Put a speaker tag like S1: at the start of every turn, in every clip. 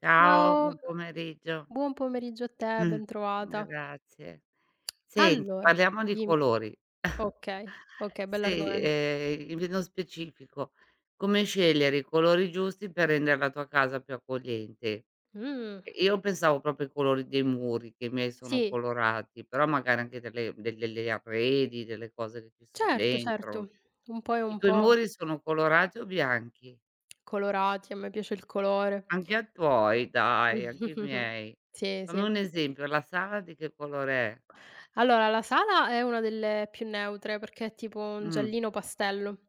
S1: Ciao,
S2: Ciao,
S1: buon pomeriggio.
S2: buon pomeriggio a te, bentrovata.
S1: Grazie. Senti,
S2: Allora,
S1: parliamo di
S2: dimmi.
S1: colori.
S2: Okay, okay,
S1: Sì,
S2: bell'argomento.
S1: in nello specifico, come scegliere i colori giusti per rendere la tua casa più accogliente?
S2: Mh,
S1: E io pensavo proprio ai colori dei muri, che i miei sono
S2: sì,
S1: colorati, però magari anche delle del degli arredi, delle cose che ci son
S2: certo,
S1: dentro.
S2: certo, un po' e
S1: I
S2: un
S1: tuoi
S2: po',
S1: muri sono colorati o bianchi?
S2: colorati, a me piace il colore.
S1: Anche a tuoi? Dai, anche i miei.
S2: Sì,
S1: Fammi
S2: sì.
S1: un esempio, la sala di che colore è?
S2: Allora, la sala è una delle più neutre perché è tipo un
S1: Mh,
S2: giallino pastello,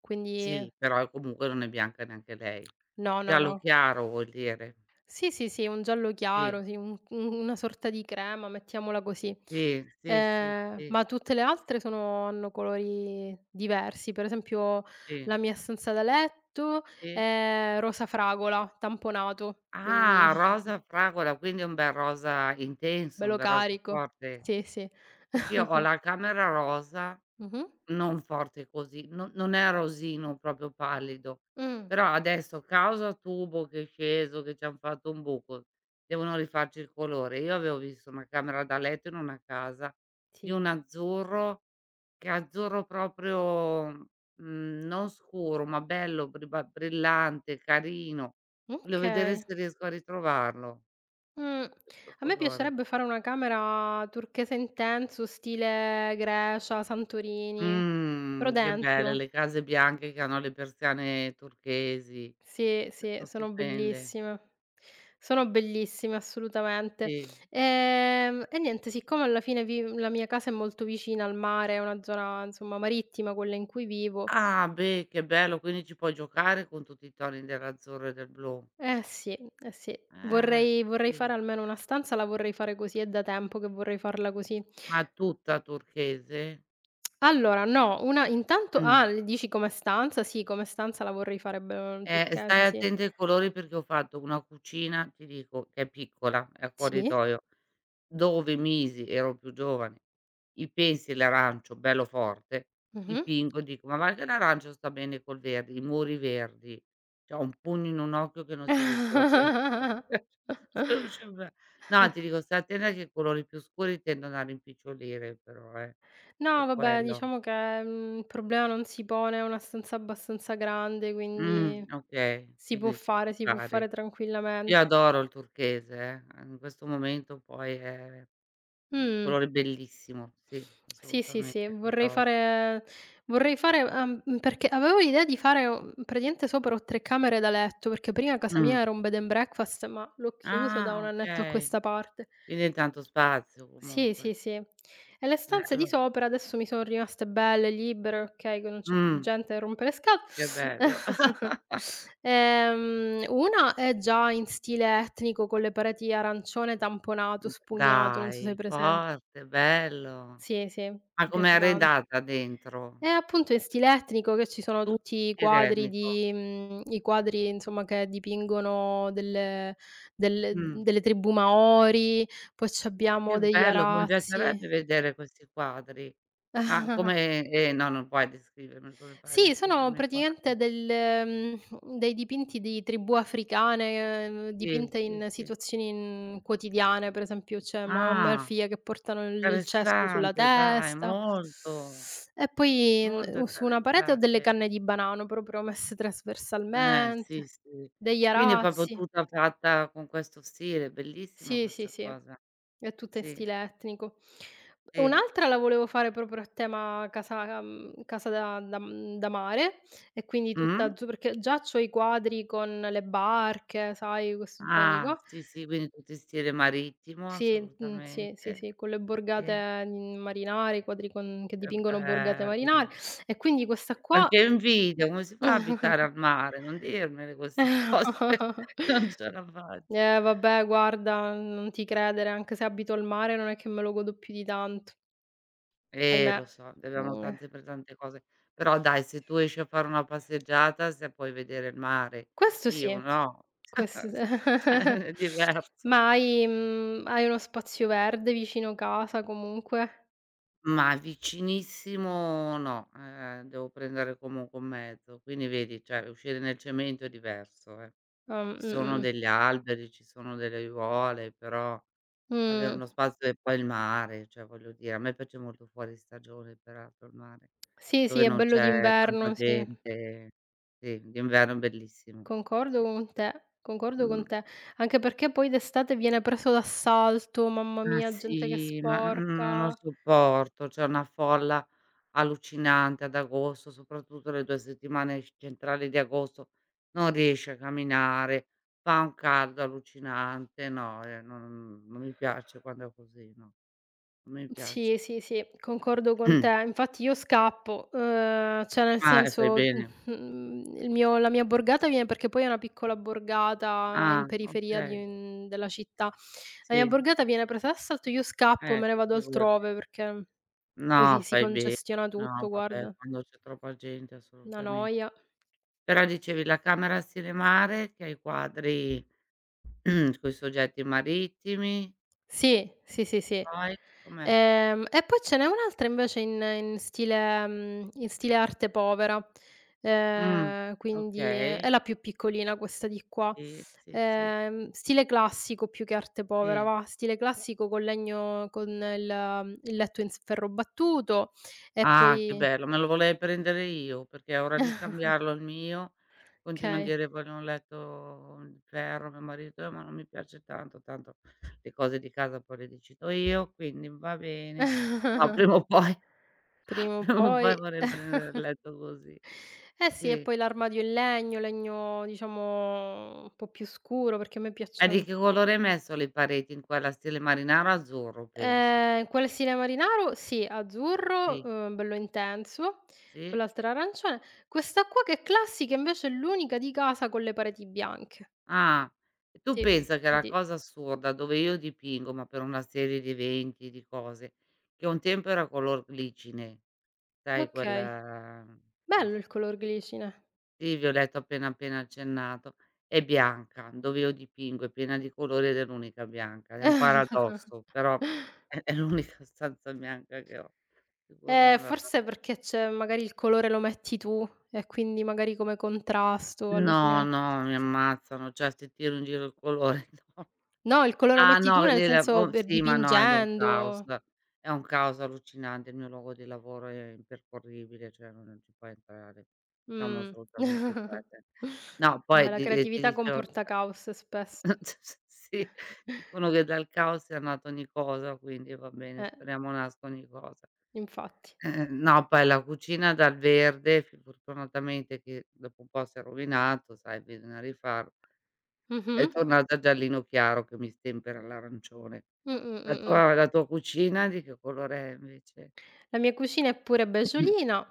S2: quindi
S1: sì, però comunque non è bianca neanche lei.
S2: no, no,
S1: Giallo
S2: no.
S1: chiaro vuol dire.
S2: Sì, sì, sì, un giallo
S1: Sì,
S2: chiaro, sì, un una sorta di crema, mettiamola così.
S1: sì, sì, sì,
S2: Ehm,
S1: sì,
S2: ma tutte le altre sono hanno colori diversi. Per esempio
S1: sì,
S2: la mia stanza da letto
S1: sì.
S2: è rosa fragola, tamponato, quindi
S1: Ah, rosa fragola, quindi un bel rosa intenso, un
S2: bello
S1: bel rosa
S2: carico.
S1: forte.
S2: Sì, sì.
S1: Perché io ho la camera rosa,
S2: Mh-mh.
S1: non forte così, non è rosino proprio pallido,
S2: Mh.
S1: però adesso causa tubo che è sceso, che ci han fatto un buco, devono rifarci il colore. Io avevo visto una camera da letto in una casa di
S2: Sì.
S1: un azzurro, che è azzurro proprio, non scuro, ma bello briba brillante, carino. Voglio vedere
S2: Okay.
S1: se riesco a ritrovarlo,
S2: Mh.
S1: questo
S2: A me
S1: colore.
S2: piacerebbe fare una camera turchese intenso, stile Grecia, Santorini, però
S1: Mhmm, che belle
S2: dentro.
S1: le case bianche che hanno le persiane turchesi,
S2: Sì,
S1: che
S2: sì,
S1: son
S2: sono
S1: stupende.
S2: bellissime. Sono bellissime assolutamente.
S1: Sì.
S2: E niente, siccome alla fine vi la mia casa è molto vicina al mare, è una zona insomma marittima quella in cui vivo.
S1: Ah, beh, che bello, quindi ci puoi giocare con tutti i toni dell'azzurro e del blu.
S2: Eh sì, eh sì.
S1: Eh,
S2: Vorrei fare
S1: sì.
S2: almeno una stanza, la vorrei fare così, è da tempo che vorrei farla così.
S1: Ma tutta turchese?
S2: Allora no, una intanto,
S1: Mh.
S2: ah, l dici come stanza? Sì, come stanza la vorrei fare be turchese,
S1: Stai
S2: sì.
S1: attenta ai colori perché ho fatto una cucina, ti dico, che è piccola, è a
S2: Sì,
S1: corridoio, dove misi ero più giovane, i pensi e l'arancio bello forte,
S2: mh-mh.
S1: dipingo e dico: "Ma guarda che l'arancio sta bene col verde", i muri verdi, cioè un pugno in un occhio che non si riusciva più a si riusciva più- no, ti dico stai attenta che i colori più scuri tendono a rimpicciolire però,
S2: No
S1: per
S2: vabbè,
S1: quello.
S2: diciamo che, il problema non si pone, è una stanza abbastanza grande, quindi
S1: Okay, quindi si può
S2: si può fare
S1: fare. Io
S2: tranquillamente.
S1: adoro il turchese, in questo momento poi è un
S2: Mh.
S1: colore bellissimo, sì,
S2: Sì, sì, sì,
S1: assolutamente lo
S2: vorrei
S1: adoro.
S2: fare vorrei fare perché avevo l'idea di fare, praticamente sopra ho 3 camere da letto, perché prima casa
S1: Mh.
S2: mia era un bed and breakfast, ma l'ho chiuso da un
S1: Ah,
S2: annetto a
S1: okay.
S2: questa parte.
S1: Quindi hai tanto spazio
S2: Sì,
S1: comunque.
S2: sì, sì. E le stanze di
S1: Bello.
S2: sopra adesso mi son rimaste belle, libere, okay, che non c'è più
S1: Mh,
S2: gente che rompe le
S1: che
S2: scatole.
S1: bello.
S2: Una è già in stile etnico con le pareti arancione tamponato, spugnato, non so se hai
S1: Dai,
S2: presen.
S1: forte, bello.
S2: Sì, sì, mi
S1: Ma com'è
S2: piace tan
S1: arredata dentro?
S2: appunto, in stile etnico, che ci sono
S1: Tu
S2: tutti i quadri
S1: tirenniko.
S2: di i quadri insomma che dipingono delle delle
S1: Mh,
S2: delle tribù Maori, poi c'abbiamo
S1: che
S2: degli
S1: bello, come mi
S2: arazzi.
S1: piacerebbe vedere questi quadri. Ma come no, non puoi descrivermeli, come fai a
S2: Sì, sono
S1: descrivermi i
S2: praticamente
S1: quadri?
S2: dei dipinti di tribù africane,
S1: Sì,
S2: dipinte
S1: sì,
S2: in
S1: sì.
S2: situazioni, quotidiane. Per esempio c'è una mamma e
S1: Ah,
S2: figlia che portano il cesto sulla
S1: interessante dai,
S2: testa.
S1: molto,
S2: E poi,
S1: molto
S2: su una parete ho delle
S1: interessante.
S2: canne di banano proprio messe
S1: Sì,
S2: trasversalmente,
S1: sì.
S2: degli
S1: Quindi è proprio
S2: arazzi.
S1: tutta fatta con questo stile, bellissima
S2: Sì, sì,
S1: questa
S2: sì,
S1: cosa.
S2: è tutta in
S1: Sì,
S2: stile etnico.
S1: sì.
S2: Un'altra la volevo fare proprio a tema casa, casa da mare, e quindi tutta
S1: Mh?
S2: azzu perché già c'ho i quadri con le barche, sai, questo genere di
S1: Ah,
S2: co.
S1: sì, sì, quindi tutto in stile marittimo,
S2: Sì, sì, sì,
S1: assolutamente.
S2: sì, con le
S1: Sì,
S2: borgate, marinare, i quadri con che
S1: che
S2: dipingono borgate marinare,
S1: bello.
S2: e quindi questa qua.
S1: Anche in video, come si fa a abitare al mare? Non dirmele queste cose, non ce la faccio.
S2: Vabbè guarda, non ti credere, anche se abito al mare non è che me lo godo più di tanto. Ahimè.
S1: Lo so, ne abbiamo
S2: Mhmm,
S1: tante per tante cose. Però dai, se tu esci a fare una passeggiata, se puoi vedere il mare,
S2: Questo
S1: io
S2: sì,
S1: no.
S2: questo s.
S1: Cioè, è diverso.
S2: Ma hai, hai uno spazio verde vicino casa comunque?
S1: Ma vicinissimo no, devo prendere comunque un mezzo. Quindi vedi, cioè, uscire nel cemento è diverso, eh. Ci sono
S2: Mh-mh,
S1: degli alberi, ci sono delle aiuole, però avere
S2: mh.
S1: uno spazio e poi il mare, cioè voglio dire, a me piace molto fuori stagione peraltro il mare.
S2: Sì, sì,
S1: Dove
S2: è
S1: non
S2: bello
S1: c'è tanta
S2: d'inverno, sì.
S1: gente. Sì, d'inverno è bellissimo.
S2: Concordo
S1: Sì,
S2: con te, concordo con
S1: mh.
S2: te. Anche perché poi d'estate viene preso d'assalto, mamma
S1: Ma
S2: mia, gente che
S1: sì, ma n non lo
S2: sporca.
S1: sopporto. C'è una folla allucinante ad agosto, soprattutto le 2 settimane c centrali di agosto, non riesci a camminare, fa un caldo allucinante. No, non mi piace quando è così, no, non mi
S2: Sì,
S1: piace.
S2: sì, sì, concordo con te. Infatti io scappo, cioè nel
S1: Ah, e fai
S2: senso,
S1: bene.
S2: il mio la mia borgata viene, perché poi è una piccola borgata in
S1: Ah,
S2: periferia di
S1: okay.
S2: un della città. La mia
S1: Sì,
S2: borgata viene presa d'assalto, io scappo, me ne
S1: ecco,
S2: vado
S1: figurati.
S2: altrove perché
S1: No,
S2: poi si
S1: fai be
S2: congestiona
S1: no
S2: tutto,
S1: vabbè,
S2: guarda,
S1: quando c'è troppa gente
S2: una
S1: assolutamen
S2: noia.
S1: però dicevi la camera a cinemare che ha i quadri coi soggetti marittimi,
S2: Sì, sì, sì, sì.
S1: poi com'è?
S2: E poi ce n'è un'altra invece in stile arte povera,
S1: Mh,
S2: quindi è
S1: okay,
S2: la più piccolina questa di qua.
S1: sì, sì, sì,
S2: Stile classico più che arte povera,
S1: sì.
S2: va, stile classico con legno, con il letto in s ferro battuto, e
S1: Ah, che
S2: poi
S1: bello, me lo volevi prendere io, perché è ora di cambiarlo il mio, continua a
S2: okay.
S1: dire: "Voglio un letto di ferro." Mio marito: ma non mi piace tanto, tanto le cose di casa poi le decido io, quindi va bene." No, prima o poi
S2: Prima o
S1: Non
S2: poi.
S1: puoi vorrei prendere il letto così.
S2: Eh sì, e
S1: Sì.
S2: poi l'armadio in legno, legno diciamo un po' più scuro, perché a me
S1: E di
S2: piacciono.
S1: che colore hai messo le pareti in quella stile marinaro? Azzurro penso.
S2: Quel Cinemarinaro sì, azzurro,
S1: Sì,
S2: bello intenso,
S1: sì?
S2: quell'altra arancione. Questa qua che è classica invece è l'unica di casa con le pareti bianche.
S1: Ah, e tu
S2: Sì,
S1: pensa che la
S2: sì.
S1: cosa assurda dove io dipingo, ma per una serie di eventi, di cose, che un tempo era color glicine, sai quel
S2: Okay.
S1: come si
S2: Bello il color glicine.
S1: sì, violetta ho appena appena accennato. È bianca, dove io dipingo è piena di colori ed è l'unica bianca. È un paradosso, però è l'unica stanza bianca che ho. Figura vabbè.
S2: Forse perché c'è, magari il colore lo metti tu e quindi magari come contrasto alla
S1: No,
S2: fine.
S1: no, mi ammazzano, cioè se tiro in giro il colore, no.
S2: No, il colore lo
S1: Ah
S2: metti tu
S1: no,
S2: nel
S1: il
S2: senso,
S1: oh
S2: per
S1: sì, ma no, è di un caos.
S2: dipingendo.
S1: È un caos allucinante, il mio luogo di lavoro è impercorribile, cioè non ci puoi entrare. Siamo
S2: Mh.
S1: assolutamente perde no,
S2: Beh,
S1: poi
S2: la
S1: di ti
S2: creatività
S1: dicevo
S2: comporta caos spesso.
S1: sì, dicono che dal caos è nata ogni cosa, quindi va bene,
S2: Eh.
S1: speriamo nasca ogni cosa.
S2: Infatti.
S1: No, poi la cucina dal verde, fi fortunatamente che dopo un po' si è rovinato, sai, bisogna rifarlo,
S2: Mh-mh.
S1: è tornata giallino chiaro che mi stempera l'arancione.
S2: Mh, mh,
S1: La
S2: mh, mh.
S1: tua la tua cucina di che colore è invece?
S2: La mia cucina è pure beggiolina,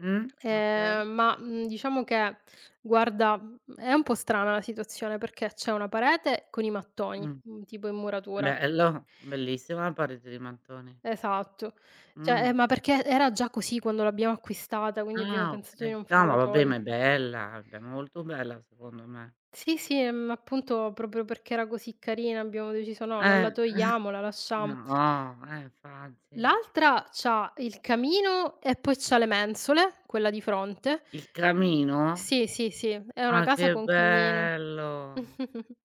S1: Mh? Okay.
S2: ma, diciamo che guarda, è un po' strana la situazione, perché c'è una parete con i mattoni,
S1: Mh,
S2: tipo in muratura.
S1: bello, bellissima la parete di mattoni.
S2: Esatto. Cioè,
S1: Mh.
S2: ma perché era già così quando l'abbiamo acquistata, quindi abbiamo
S1: Ah,
S2: pensato di
S1: okay.
S2: non
S1: No, ma
S2: farla
S1: vabbè, ma è
S2: toglie.
S1: bella, beh, molto bella secondo me.
S2: Sì, sì, appunto, proprio perché era così carina abbiamo deciso: "No, non
S1: Eh,
S2: la togliamo, la lasciamo."
S1: no, infatti.
S2: L'altra c'ha il camino, e poi c'ha le mensole, quella di fronte.
S1: Il camino?
S2: Sì, sì, sì, è una
S1: Ma
S2: casa
S1: che
S2: con camino.
S1: bello!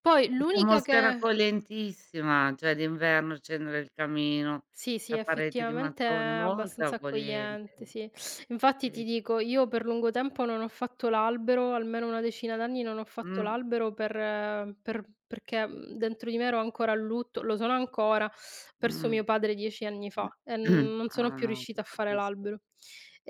S2: Poi
S1: Che
S2: l'unica
S1: atmosfera
S2: che,
S1: accoglientissima, cioè d'inverno accendere il camino,
S2: sì, sì,
S1: la parete di
S2: effettivamente è
S1: mattoni, molto
S2: abbastanza accogliente,
S1: accogliente,
S2: sì. Infatti ti
S1: sì.
S2: dico, io per lungo tempo non ho fatto l'albero, almeno una decina d'anni non ho fatto
S1: Mh,
S2: l'albero, perché, dentro di me ero ancora a lutto, lo sono ancora, ho perso
S1: mh.
S2: mio padre 10 anni fa
S1: Mh.
S2: e non sono
S1: Ah,
S2: più
S1: no, ti
S2: riuscita a fare
S1: capisco,
S2: l'albero.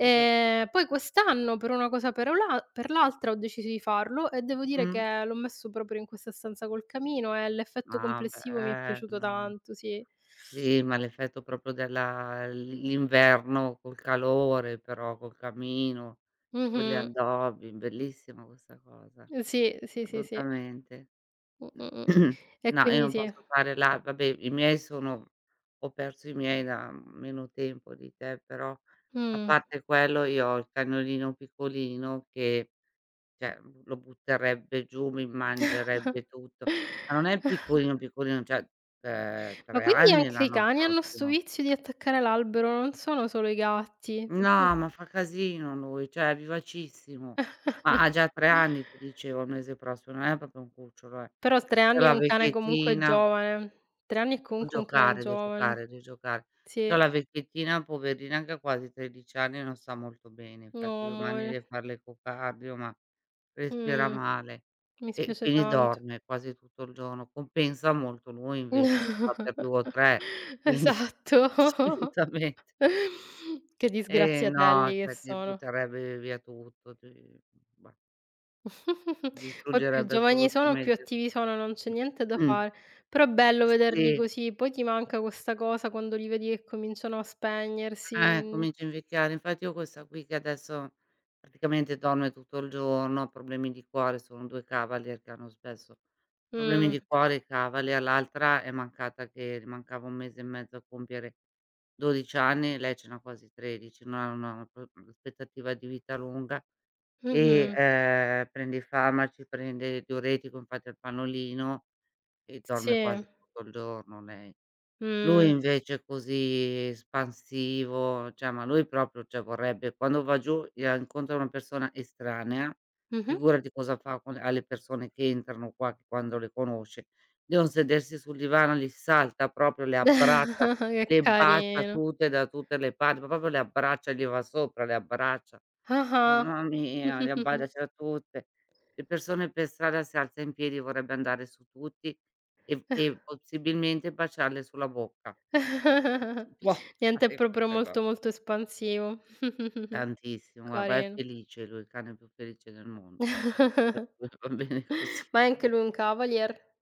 S1: ti capi
S2: Poi quest'anno, per una cosa per o la per l'altra, ho deciso di farlo, e devo dire
S1: mh.
S2: che l'ho messo proprio in questa stanza col camino e l'effetto
S1: Ah,
S2: complessivo mi è piaciuto
S1: bello.
S2: tanto, sì.
S1: Sì, ma l'effetto proprio della l l'inverno col calore però, col camino. Con le
S2: Mh-mh.
S1: addobbi, bellissima questa cosa,
S2: Eh sì, sì, sì, sì.
S1: assolutamente.
S2: Mh, mh, mh. E
S1: No, io
S2: quindi
S1: non
S2: sì.
S1: posso fare la vabbè i miei sono ho perso i miei da meno tempo di te, però a
S2: Mh.
S1: parte quello io ho il cagnolino piccolino che, cioè, lo butterebbe giù, mi mangerebbe tutto. Ma non è piccolino, piccolino, cioè,
S2: Ma
S1: 3
S2: quindi
S1: anni
S2: anche i
S1: l'anno
S2: cani hanno 'sto
S1: prossimo.
S2: vizio di attaccare l'albero, non sono solo i gatti.
S1: No, ma fa casino lui, cioè è vivacissimo. Ma ha già 3 anni ti dicevo il mese prossimo, non è proprio un cucciolo.
S2: Però 3
S1: C'è
S2: anni è
S1: la
S2: un cane comunque
S1: vecchiettina
S2: giovane. 3 anni è comunque un cane
S1: giocare, deve
S2: giovane.
S1: giocare, deve giocare. C'ho
S2: Sì.
S1: la vecchiettina poverina che ha quasi 13 anni e non sta molto bene, infatti
S2: No,
S1: domani
S2: amore.
S1: deve fare l'ecocardio, ma respira
S2: Mh.
S1: male
S2: Mi
S1: e
S2: spiace
S1: quindi
S2: tanto.
S1: dorme quasi tutto il giorno. Compensa molto lui invece che va per 2 o 3, quindi
S2: Esatto.
S1: assolutamente.
S2: Che
S1: Eh no,
S2: disgraziatelli che
S1: cioè ti
S2: sono.
S1: butterebbe via tutto, ti bah,
S2: Poi più
S1: distruggerebbe
S2: giovani sono, più
S1: assolutamente
S2: attivi sono, non c'è niente da
S1: mh,
S2: fare. Però è bello vederli
S1: sì,
S2: così, poi ti manca questa cosa quando li vedi che cominciano a spegnersi, quindi
S1: cominci a invecchiare. Infatti io questa qui che adesso praticamente dorme tutto il giorno, ha problemi di cuore, sono 2 Cavalier che hanno spesso problemi
S2: mh,
S1: di cuore i Cavalier, l'altra è mancata che le mancava 1 mese e mezzo a compiere 12 anni, lei ce n'ha quasi 13, non ha una pro aspettativa di vita lunga. E,
S2: mh-mh,
S1: prende i farmaci, prende il diuretico, infatti ha il pannolino e dorme
S2: sì,
S1: quasi tutto il giorno lei. Lui
S2: mh,
S1: invece è così espansivo, cioè ma lui proprio, cioè vorrebbe quando va giù e incontra una persona estranea,
S2: mh-mh.
S1: figurati cosa fa con alle persone che entrano qua, che quando le conosce. Devono sedersi sul divano, li salta proprio, le abbraccia,
S2: Che
S1: le bacia
S2: carino.
S1: tutte da tutte le parti, ma proprio le abbraccia, gli va sopra, le abbraccia. Ah,
S2: Ah-ah.
S1: mamma mia, le abbaiacela tutte. Le persone per strada si alza in piedi, vorrebbe andare su tutti e possibilmente baciarle sulla bocca. Non si può
S2: Niente, è
S1: fare
S2: proprio
S1: questa co
S2: molto, molto espansivo.
S1: tantissimo, guarda è
S2: Carino.
S1: felice lui, il cane più felice del mondo. Per cui va bene così.
S2: Ma è anche lui un cavalier?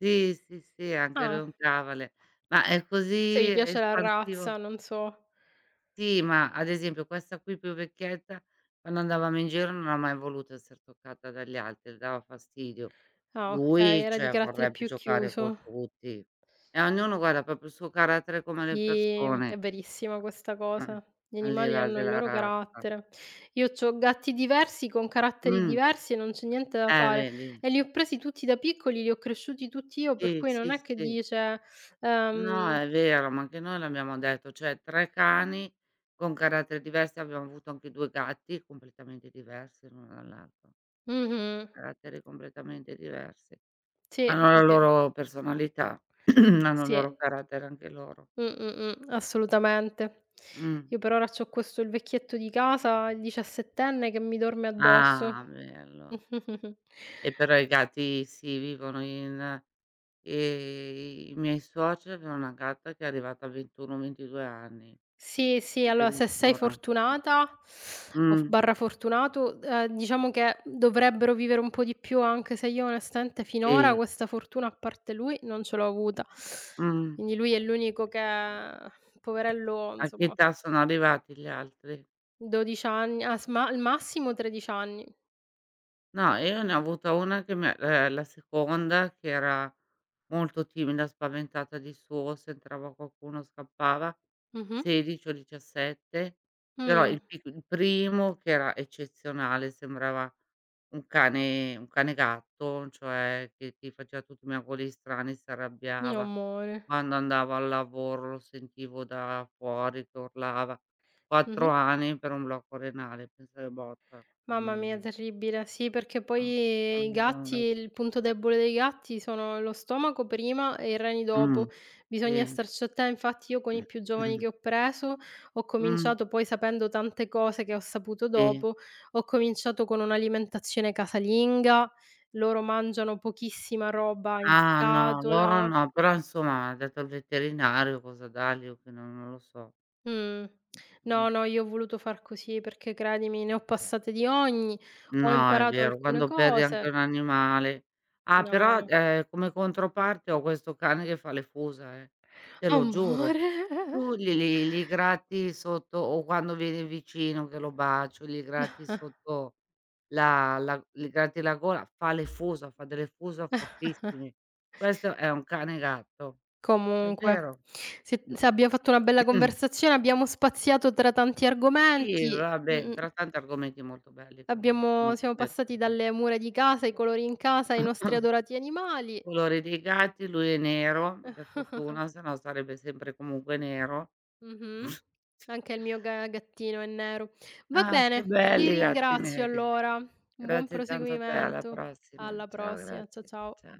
S1: Sì, sì, sì, anche
S2: Ah.
S1: roncava le ma è
S2: Forse
S1: così
S2: gli piace la razza,
S1: espansivo
S2: non so.
S1: sì, ma ad esempio questa qui più vecchietta, quando andavamo in giro non ha mai voluto esser toccata dagli altri, le dava fastidio.
S2: Ah, okay,
S1: Lui,
S2: era di
S1: cioè,
S2: carattere
S1: vorrebbe
S2: più
S1: giocare con
S2: chiuso.
S1: tutti. E ognuno guarda, proprio il suo carattere come le
S2: Sì, è
S1: persone,
S2: verissima questa
S1: eh,
S2: cosa. Gli
S1: al di
S2: animali
S1: là
S2: hanno il
S1: della
S2: loro
S1: razza.
S2: carattere. Io c'ho gatti diversi con caratteri
S1: Mh,
S2: diversi e non c'è niente da fare.
S1: vedi.
S2: E li ho presi tutti da piccoli, li ho cresciuti tutti io, per
S1: Sì,
S2: cui non
S1: sì,
S2: è che
S1: sì.
S2: dice,
S1: No,
S2: ehm
S1: è vero, ma anche noi l'abbiamo detto, cioè 3 cani con caratteri diversi, abbiamo avuto anche 2 gatti completamente diversi l'uno dall'altro,
S2: mh-mh.
S1: caratteri completamente diversi.
S2: Sì,
S1: Hanno
S2: sì,
S1: la
S2: sì.
S1: loro personalità, hanno il loro
S2: Sì.
S1: carattere anche loro.
S2: Assolutamente.
S1: Mh.
S2: Io per ora c'ho questo il vecchietto di casa, il diciassettenne che mi dorme
S1: Ah,
S2: addosso.
S1: bello. E però i gatti sì, vivono in i miei suoceri avevano una gatta che è arrivata a 21, 22 anni,
S2: Sì, sì, allora se sei
S1: addirittura.
S2: fortunata o f
S1: Mh,
S2: barra fortunato, diciamo che dovrebbero vivere un po' di più, anche se io onestamente finora
S1: sì,
S2: questa fortuna, a parte lui, non ce l'ho avuta.
S1: mh.
S2: Quindi lui è l'unico che poverello,
S1: A che
S2: insomma,
S1: età sono arrivati gli altri?
S2: 12 anni, as ma al massimo 13 anni.
S1: No, io ne ho avuta una che mi ha la seconda che era molto timida, spaventata di suo, se entrava qualcuno scappava,
S2: Mh-mh.
S1: 16 o 17, però
S2: Mh.
S1: il primo che era eccezionale, sembrava un cane gatto, cioè che ti faceva tutti i miagolii strani, si
S2: No
S1: arrabbiava.
S2: amore.
S1: Quando andavo al lavoro lo sentivo da fuori che urlava.
S2: Mh-mh.
S1: 4 anni per un blocco renale, pensa che botta,
S2: Mamma
S1: mamma
S2: mia,
S1: mia.
S2: terribile. Sì, perché
S1: Ah,
S2: poi i gatti, il punto debole dei gatti sono lo stomaco prima e i reni dopo.
S1: mh,
S2: Bisogna
S1: sì.
S2: starci atten infatti io con i
S1: Mh,
S2: più giovani
S1: mh,
S2: che ho preso, ho
S1: mh,
S2: cominciato poi, sapendo tante cose che ho saputo
S1: sì.
S2: dopo, ho cominciato con un'alimentazione casalinga, loro mangiano pochissima
S1: Eh.
S2: roba in
S1: Ah no, loro
S2: scatola.
S1: no, però insomma ha detto il veterinario cosa dargli o che non non lo so.
S2: Mh.
S1: Non
S2: No,
S1: s
S2: no, io ho voluto far così perché, credimi, ne ho passate di ogni, ho
S1: no, è
S2: imparato
S1: vero,
S2: alcune
S1: quando perdi anche
S2: cose.
S1: un animale. Ah
S2: No,
S1: però,
S2: no.
S1: come controparte ho questo cane che fa le fusa, te lo giuro.
S2: Amore.
S1: Tu li gratti sotto o quando viene vicino che lo bacio, gli gratti sotto la la gli gratti la gola, fa le fusa, fa delle fusa fortissime. Questo è un cane gatto, è
S2: Comunque,
S1: vero.
S2: se se abbiamo fatto una bella conversazione, abbiamo spaziato tra tanti
S1: Sì,
S2: argomenti,
S1: vabbè,
S2: mh-mh,
S1: però tanti argomenti molto belli comunque,
S2: abbiamo
S1: molto
S2: siamo passati
S1: piacevoli.
S2: dalle mura di casa, i colori in casa, ai nostri adorati
S1: I
S2: animali.
S1: colori dei gatti, lui è nero, per fortuna, sennò sarebbe sempre comunque nero.
S2: Mh-mh. Anche il mio ga gattino è nero. Va
S1: Ah, che
S2: bene, ti
S1: belli i gatti
S2: ringrazio
S1: neri.
S2: allora. Un buon
S1: Grazie tanto a te, alla
S2: proseguimento.
S1: prossima.
S2: Alla
S1: Ciao,
S2: prossima.
S1: grazie.
S2: Ciao.
S1: Cia